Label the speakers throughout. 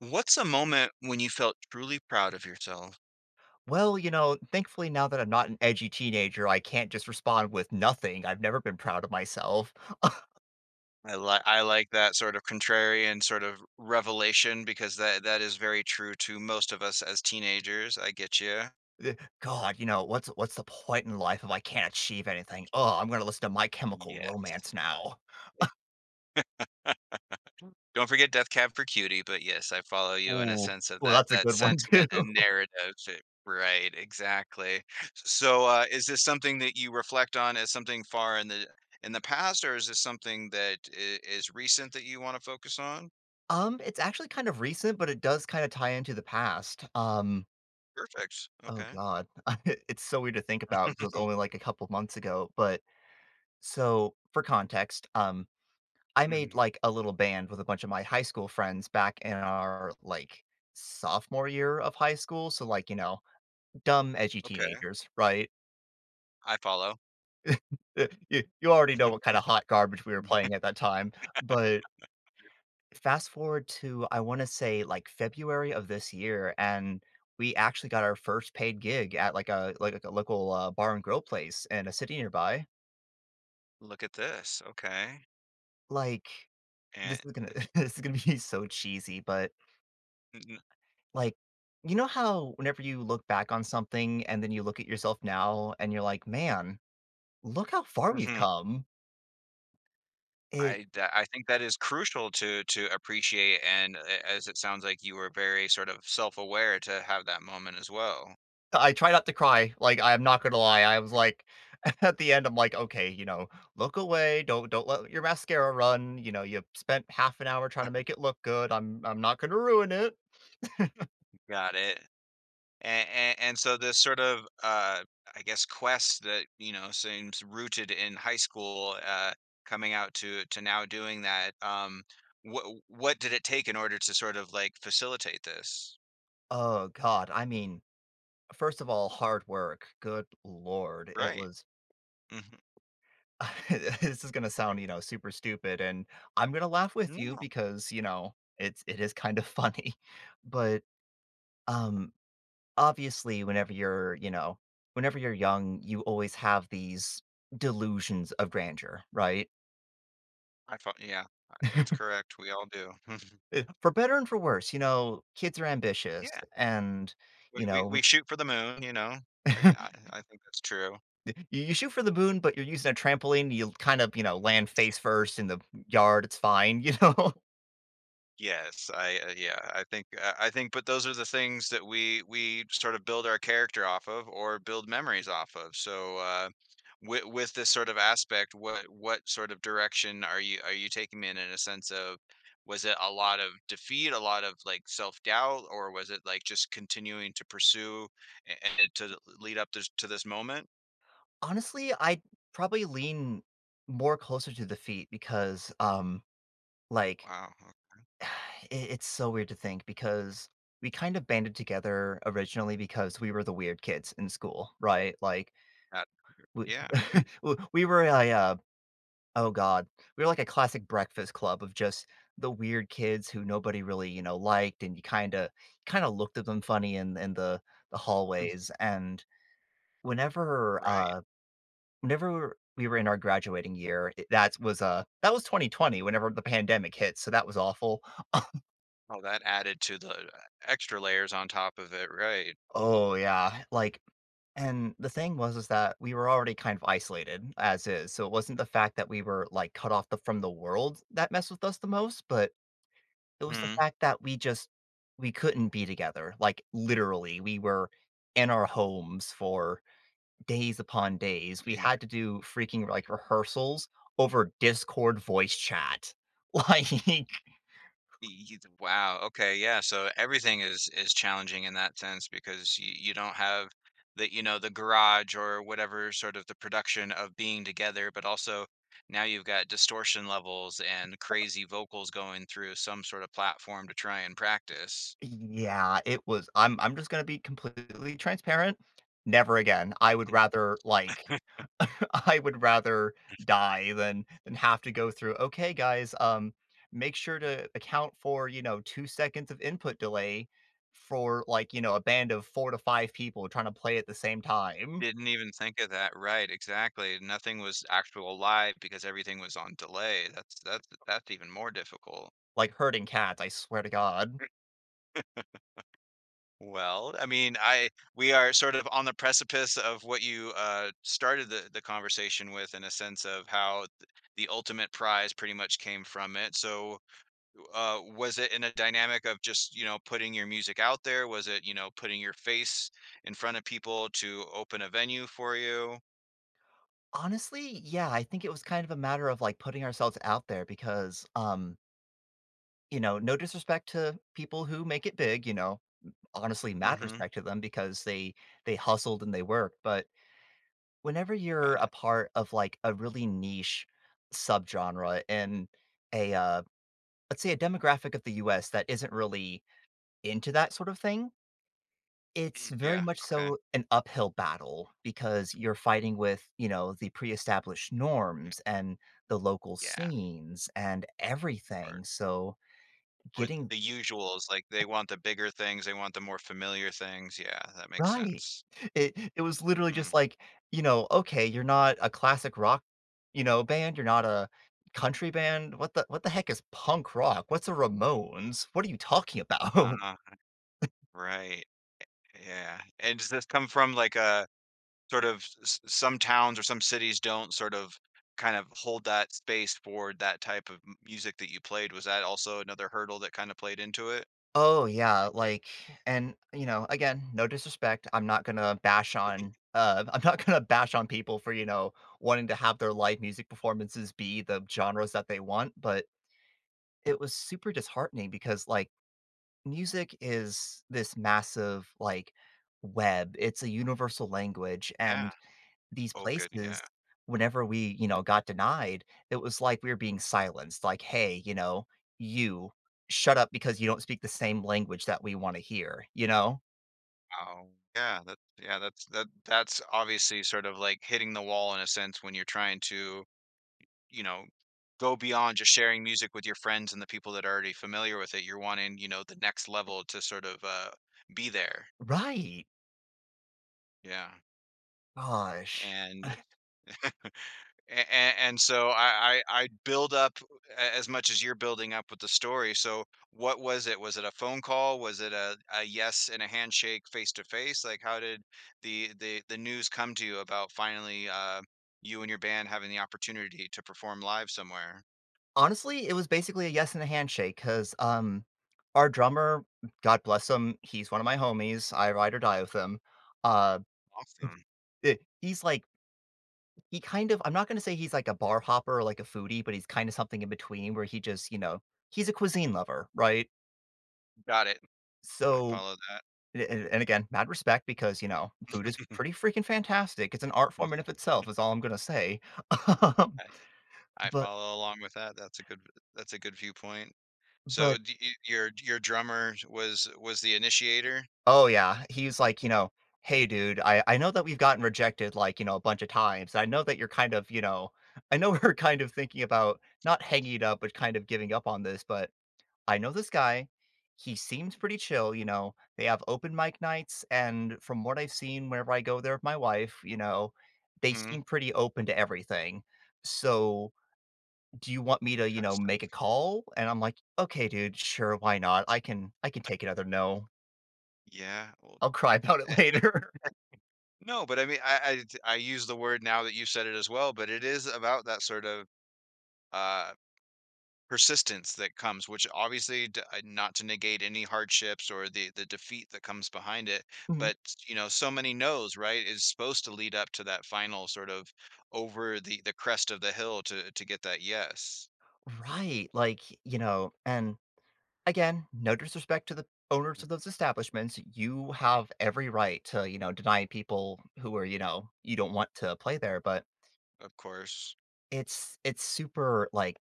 Speaker 1: What's a moment when you felt truly proud of yourself?
Speaker 2: Well, you know, thankfully, now that I'm not an edgy teenager, I can't just respond with nothing. I've never been proud of myself.
Speaker 1: I like that sort of contrarian sort of revelation because that is very true to most of us as teenagers. I get you.
Speaker 2: Th God, you know, what's the point in life if I can't achieve anything? Oh, I'm gonna listen to My Chemical
Speaker 1: Yes.
Speaker 2: Romance now.
Speaker 1: Don't forget Death Cab for Cutie, but yes, I follow you in a
Speaker 2: Ooh.
Speaker 1: sense of
Speaker 2: Well,
Speaker 1: that
Speaker 2: that's a
Speaker 1: that
Speaker 2: good one too.
Speaker 1: sentiment and narrative. Right, exactly. So, is this something that you reflect on as something far in the past, or is this something that is recent that you want to focus on?
Speaker 2: It's actually kind of recent, but it does kinda tie into the past.
Speaker 1: Perfect.
Speaker 2: Oh
Speaker 1: Okay.
Speaker 2: god, it's so weird to think about because it was only, like, a couple months ago, but so, for context, I made,
Speaker 1: Mhm.
Speaker 2: like, a little band with a bunch of my high school friends back in our, like, sophomore year of high school, so, like, you know, dumb, edgy
Speaker 1: Okay,
Speaker 2: teenagers, right?
Speaker 1: I follow.
Speaker 2: You already know what kinda hot garbage we were
Speaker 1: Mm.
Speaker 2: playing at that time, but fast forward to, I wanna say, like, February of this year, and we actually got our first paid gig at, like, a local, bar and grill place in a city nearby.
Speaker 1: Look at this, okay,
Speaker 2: Like,
Speaker 1: and
Speaker 2: this is gonna this is gonna be so cheesy, but
Speaker 1: n
Speaker 2: like, you know how whenever you look back on something and then you look at yourself now and you're like, "Man, look how far we've
Speaker 1: mhm,
Speaker 2: come." It
Speaker 1: I think that is crucial to appreciate and a as it sounds like you were very sort of self-aware to have that moment as well.
Speaker 2: I try not to cry, like, I am not gonna lie, I was like at the end, I'm like, "Okay, you know, look away, don't let your mascara run, you know, you spent half an hour trying to make it look good, I'm not gonna ruin it."
Speaker 1: Got it. And a and so this sort of, I guess, quest that, you know, seems rooted in high school, coming out to now doing that, what did it take in order to sort of, like, facilitate this?
Speaker 2: Oh god, I mean, first of all, hard work, good lord, it
Speaker 1: Right.
Speaker 2: was
Speaker 1: Mhm.
Speaker 2: this is gonna sound, you know, super stupid, and I'm gonna laugh with you
Speaker 1: No.
Speaker 2: because, you know, it is kind of funny. But, um, obviously, whenever you're, you know, whenever you're young, you always have these delusions of grandeur, right?
Speaker 1: I thought yeah, I that's correct, we all do.
Speaker 2: For better and for worse, you know, kids are ambitious
Speaker 1: Yeah,
Speaker 2: and, you
Speaker 1: we we
Speaker 2: know,
Speaker 1: we shoot for the moon, you know? I g I think that's true.
Speaker 2: you shoot for the moon, but you're using a trampoline, you kind of, you know, land face first in the yard, it's fine, you know?
Speaker 1: Yes, I, yeah, I think but those are the things that we sort of build our character off of or build memories off of, so, with this sort of aspect, what sort of direction are you taking me in a sense of was it a lot of defeat, a lot of, like, self-doubt, or was it, like, just continuing to pursue a and to lead up this to this moment?
Speaker 2: Honestly, I'd probably lean more closer to the feet because, like,
Speaker 1: Wow, o
Speaker 2: it's so weird to think because we kind of banded together originally because we were the weird kids in school, right? Like,
Speaker 1: that
Speaker 2: we
Speaker 1: yeah.
Speaker 2: w we were a, oh god, we were like a classic breakfast club of just the weird kids who nobody really, you know, liked, and you kinda looked at them funny in in the
Speaker 1: Mhm,
Speaker 2: hallways, and whenever,
Speaker 1: right.
Speaker 2: uh whenever we were in our graduating year, it that was 2020 whenever the pandemic hit, so that was awful.
Speaker 1: Oh, that added to the extra layers on top of it, right.
Speaker 2: Oh, yeah, like and the thing was is that we were already kind of isolated as is, so it wasn't the fact that we were, like, cut off the from the world that messed with us the most, but it was the
Speaker 1: Mhm.
Speaker 2: fact that we just we couldn't be together, like, literally, we were in our homes for days upon days. We
Speaker 1: Yeah,
Speaker 2: had to do freaking, like, rehearsals over Discord voice chat. Like,
Speaker 1: y y wow, okay, yeah, so everything is challenging in that sense because you don't have the you know, the garage or whatever sort of the production of being together, but also now you've got distortion levels and crazy vocals going through some sort of platform to try and practice.
Speaker 2: yeah, it was I'm just gonna be completely transparent, never again. I would rather, like I would rather die than have to go through, "Okay, guys, make sure to account for, you know, 2 seconds of input delay for, like, you know, a band of 4 to 5 people trying to play at the same time."
Speaker 1: Didn't even think of that, right, exactly, nothing was actual live because everything was on delay, that's even more difficult.
Speaker 2: Like herding cats, I swear to God.
Speaker 1: Well, I mean, I we are sort of on the precipice of what you, started the conversation with in a sense of how th the ultimate prize pretty much came from it, so, was it in a dynamic of just, you know, putting your music out there? Was it, you know, putting your face in front of people to open a venue for you?
Speaker 2: Honestly, yeah, I think it was kind of a matter of, like, putting ourselves out there because, you know, no disrespect to people who make it big, you know, honestly, mad
Speaker 1: Mhm,
Speaker 2: respect to them because they hustled and they worked, but whenever you're
Speaker 1: got
Speaker 2: a
Speaker 1: it.
Speaker 2: part of, like, a really niche subgenre in a, let's say a demographic of the US that isn't really into that sort of thing. It's
Speaker 1: Mm,
Speaker 2: very
Speaker 1: yeah,
Speaker 2: much
Speaker 1: okay.
Speaker 2: so an uphill battle because you're fighting with, you know, the pre-established norms and the local
Speaker 1: Yeah,
Speaker 2: scenes and
Speaker 1: or
Speaker 2: everything, so getting
Speaker 1: the usuals, like, they want the bigger things, they want the more familiar things, yeah, that makes
Speaker 2: right.
Speaker 1: sense.
Speaker 2: It was literally
Speaker 1: Mm,
Speaker 2: just like, you know, okay, you're not a classic rock, you know, band, you're not a country band, what the heck is punk rock? What's a Ramones? What are you talking about?
Speaker 1: uh-huh, right, yeah, and does this come from, like, a sort of s some towns or some cities don't sort of kind of hold that space for that type of m music that you played, was that also another hurdle that kinda played into it?
Speaker 2: Oh, yeah, like and, you know, again, no disrespect, I'm not gonna bash on, I'm not gonna bash on people for, you know, wanting to have their live music performances be the genres that they want, but it was super disheartening because, like, music is this massive, like, web. It's a universal language,
Speaker 1: Yeah,
Speaker 2: and these
Speaker 1: oh, good, yeah.
Speaker 2: places, whenever we, you know, got denied, it was like we were being silenced, like, "Hey, you know, you shut up because you don't speak the same language that we wanna hear," you know?
Speaker 1: Oh, yeah, that yeah, that's that's obviously sort of, like, hitting the wall in a sense when you're trying to you know, go beyond just sharing music with your friends and the people that are already familiar with it. You're wanting, you know, the next level to sort of be there.
Speaker 2: Right.
Speaker 1: Yeah.
Speaker 2: Gosh.
Speaker 1: And and so I build up as much as you're building up with the story. So what was it? Was it a phone call? Was it a yes and a handshake face to face? Like how did the news come to you about finally you and your band having the opportunity to perform live somewhere?
Speaker 2: Honestly, it was basically a yes and a handshake because, our drummer, God bless him, he's one of my homies, I ride or die with him, uh,
Speaker 1: Awesome,
Speaker 2: eh, he's like he kind of I'm not gonna say he's like a bar hopper or like a foodie, but he's kinda something in between where he just, you know he's a cuisine lover, right?
Speaker 1: got it. I
Speaker 2: So,
Speaker 1: follow
Speaker 2: a and again, mad respect because, you know, food is
Speaker 1: that.
Speaker 2: pretty freaking fantastic. It's an art
Speaker 1: Mm,
Speaker 2: form in of itself is all I'm gonna say. Um,
Speaker 1: I I
Speaker 2: but
Speaker 1: follow along with that, that's a good viewpoint. So,
Speaker 2: but
Speaker 1: do your drummer was the initiator?
Speaker 2: oh, yeah, he's like, you know, "Hey, dude, I know that we've gotten rejected, like, you know, a bunch of times. I know that you're kind of, you know I know we're kind of thinking about not hanging it up, but kind of giving up on this, but I know this guy. He seems pretty chill, you know, they have open mic nights, and from what I've seen whenever I go there with my wife, you know, they
Speaker 1: Mhm,
Speaker 2: seem pretty open to everything. So, do you want me to, you know, make a
Speaker 1: fantastic.
Speaker 2: call?" And I'm like, "Okay, dude, sure, why not? I can take another no.
Speaker 1: Yeah, well,
Speaker 2: I'll cry about it
Speaker 1: eh eh
Speaker 2: later."
Speaker 1: no, but I mean, I use the word now that you said it as well, but it is about that sort of, uh persistence that comes, which obviously not to negate any hardships or the defeat that comes behind it,
Speaker 2: Mhm.
Speaker 1: but you know, so many no's, right, is supposed to lead up to that final sort of over the crest of the hill to get that yes.
Speaker 2: Right, like, you know, and again, no disrespect to the owners of those establishments. You have every right to, you know, deny people who are, you know, you don't want to play there, but
Speaker 1: Of course,
Speaker 2: it's super, like,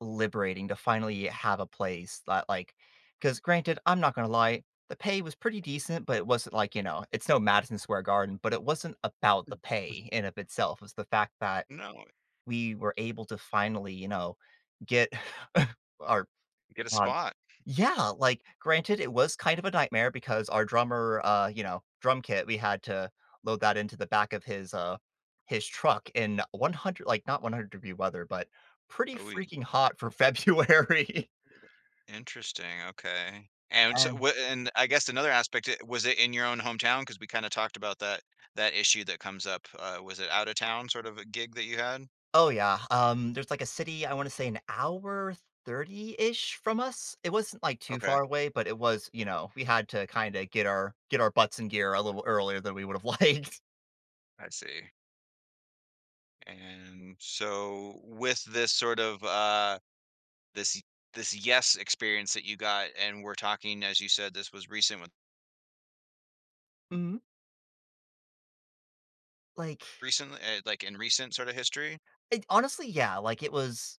Speaker 2: liberating to finally have a place that, like, because granted, I'm not gonna lie, the pay was pretty decent, but it wasn't like, you know, it's no Madison Square Garden, but it wasn't about the pay in of itself. It's the fact that
Speaker 1: no,
Speaker 2: we were able to finally, you know, get our
Speaker 1: get a
Speaker 2: uh,
Speaker 1: spot.
Speaker 2: yeah, like, granted, it was kind of a nightmare because our drummer, you know, drum kit, we had to load that into the back of his truck in 100 like, not 100-degree weather, but pretty
Speaker 1: Oh, we
Speaker 2: freaking hot for February.
Speaker 1: interesting. Okay. And so,
Speaker 2: And
Speaker 1: and I guess another aspect was it in your own hometown? Because we kind of talked about that issue that comes up. Was it out of town sort of a gig that you had?
Speaker 2: oh, yeah, there's, like, a city, I wanna say an hour 30-ish from us? It wasn't, like, too
Speaker 1: Okay,
Speaker 2: far away, but it was, you know, we had to kinda get our butts in gear a little earlier than we would've liked.
Speaker 1: I see. And so with this sort of this this yes experience that you got and we're talking as you said this was recent with
Speaker 2: Mhm. Like,
Speaker 1: recently like in recent sort of history.
Speaker 2: it honestly, yeah, like, it was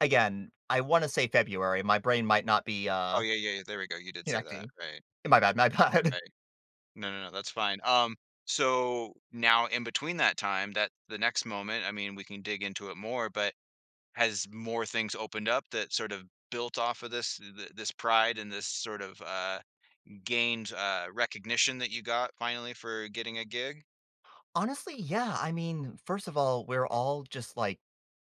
Speaker 2: again, I wanna say February, my brain might not be,
Speaker 1: Oh yeah, yeah, yeah, there we go. You did say that.
Speaker 2: connecting.
Speaker 1: Right.
Speaker 2: My bad, my bad.
Speaker 1: Right. No, no, no, that's fine. So now in between that time, that the next moment, I mean, we can dig into it more, but has more things opened up that sort of built off of this this pride and this sort of gained recognition that you got finally for getting a gig?
Speaker 2: Honestly, yeah, I mean, first of all, we're all just, like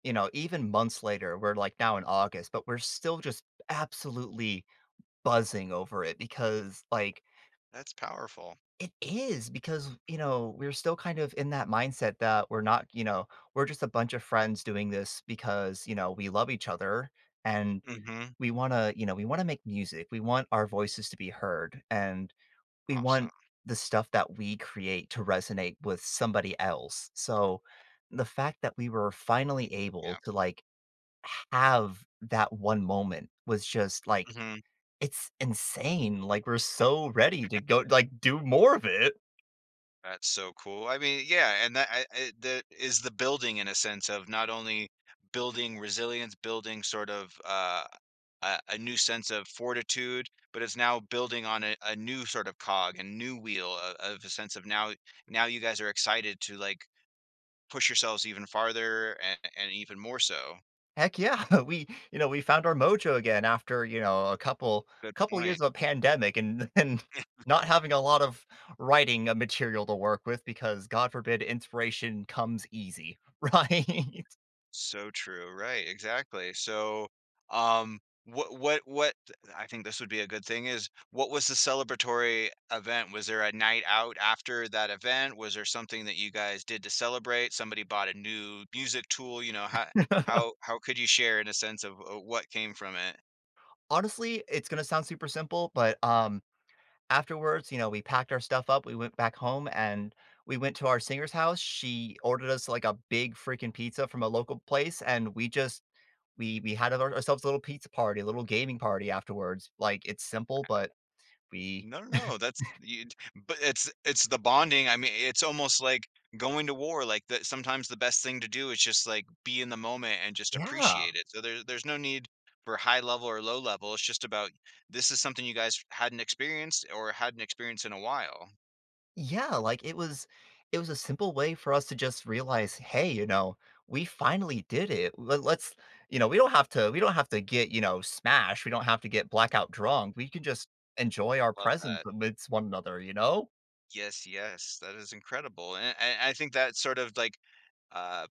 Speaker 2: you know, even months later, we're, like, now in August, but we're still just absolutely buzzing over it because, like
Speaker 1: That's powerful.
Speaker 2: it is because, you know, we're still kind of in that mindset that we're not you know, we're just a bunch of friends doing this because, you know, we love each other and
Speaker 1: Mhm.
Speaker 2: we wanna you know, we wanna make music, we want our voices to be heard, and we
Speaker 1: Awesome.
Speaker 2: want the stuff that we create to resonate with somebody else. So the fact that we were
Speaker 1: Mm.
Speaker 2: finally able
Speaker 1: Yeah.
Speaker 2: to like have that one moment was just like
Speaker 1: Mhm.
Speaker 2: it's insane. Like we're so ready to go like do more of it.
Speaker 1: That's so cool. I mean, yeah, and that that is the building in a sense of not only building resilience, building sort of a new sense of fortitude, but it's now building on a new sort of cog and new wheel of a sense of now. Now you guys are excited to like push yourselves even farther and even more so.
Speaker 2: Heck yeah. We you know, we found our mojo again after, you know, a couple
Speaker 1: Good
Speaker 2: couple years
Speaker 1: point.
Speaker 2: of a pandemic and and not having a lot of writing material to work with because god forbid inspiration comes easy, right?
Speaker 1: So true. Right. Exactly. So, um, what, I think this would be a good thing is what was the celebratory event? Was there a night out after that event? Was there something that you guys did to celebrate? Somebody bought a new music tool, you know, how could you share in a sense of what came from it?
Speaker 2: Honestly, it's gonna sound super simple, but, afterwards, you know, we packed our stuff up, we went back home, and we went to our singer's house. She ordered us, like, a big freaking pizza from a local place, and we just we had ourselves a little pizza party, a little gaming party afterwards. Like, it's simple, but we
Speaker 1: No, no, no, that's you but it's the bonding, I mean, it's almost like going to war, like, that, sometimes the best thing to do is just, like, be in the moment and just
Speaker 2: yeah.
Speaker 1: appreciate it, so there's no need for high level or low level, it's just about this is something you guys hadn't experienced or hadn't experienced in a while.
Speaker 2: Yeah, like, it was a simple way for us to just realize, "Hey, you know, we finally did it. Let let's" you know, we don't have to get, you know, smashed, we don't have to get blackout drunk, we can just enjoy our
Speaker 1: Love
Speaker 2: presence
Speaker 1: that.
Speaker 2: amidst one another, you know?
Speaker 1: Yes, yes, that is incredible, and I think that sort of, like, uh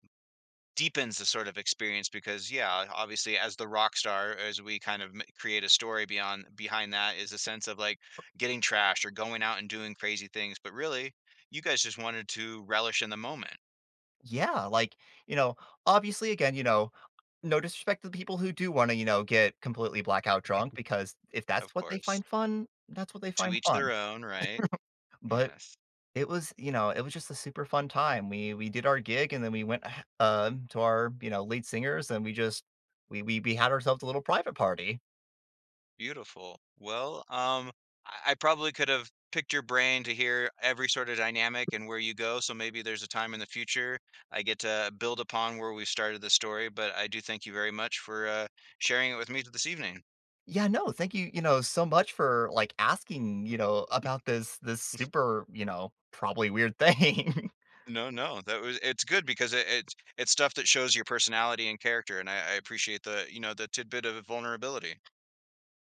Speaker 1: deepens the sort of experience because yeah obviously as the rock star as we kind of create a story beyond behind that is a sense of like getting trashed or going out and doing crazy things but really you guys just wanted to relish in the moment
Speaker 2: Yeah, like, you know, obviously, again, you know, no disrespect to the people who do wanna, you know, get completely blackout drunk because if
Speaker 1: of
Speaker 2: that's what they
Speaker 1: course
Speaker 2: find fun, that's what they
Speaker 1: to
Speaker 2: find
Speaker 1: each their
Speaker 2: fun,
Speaker 1: own right
Speaker 2: but
Speaker 1: yes.
Speaker 2: it was you know, it was just a super fun time. We did our gig and then we went, h to our, you know, lead singers and we just we had ourselves a little private party.
Speaker 1: Beautiful. Well, I probably could have picked your brain to hear every sort of dynamic and where you go. So maybe there's a time in the future I get to build upon where we started the story. But I do thank you very much for sharing it with me this evening.
Speaker 2: Yeah, no, thank you, you know, so much for, like, asking, you know, about this super, you know, probably weird thing.
Speaker 1: No, no, that was it's good because it's stuff that shows your personality and character, and I appreciate the you know the tidbit of vulnerability.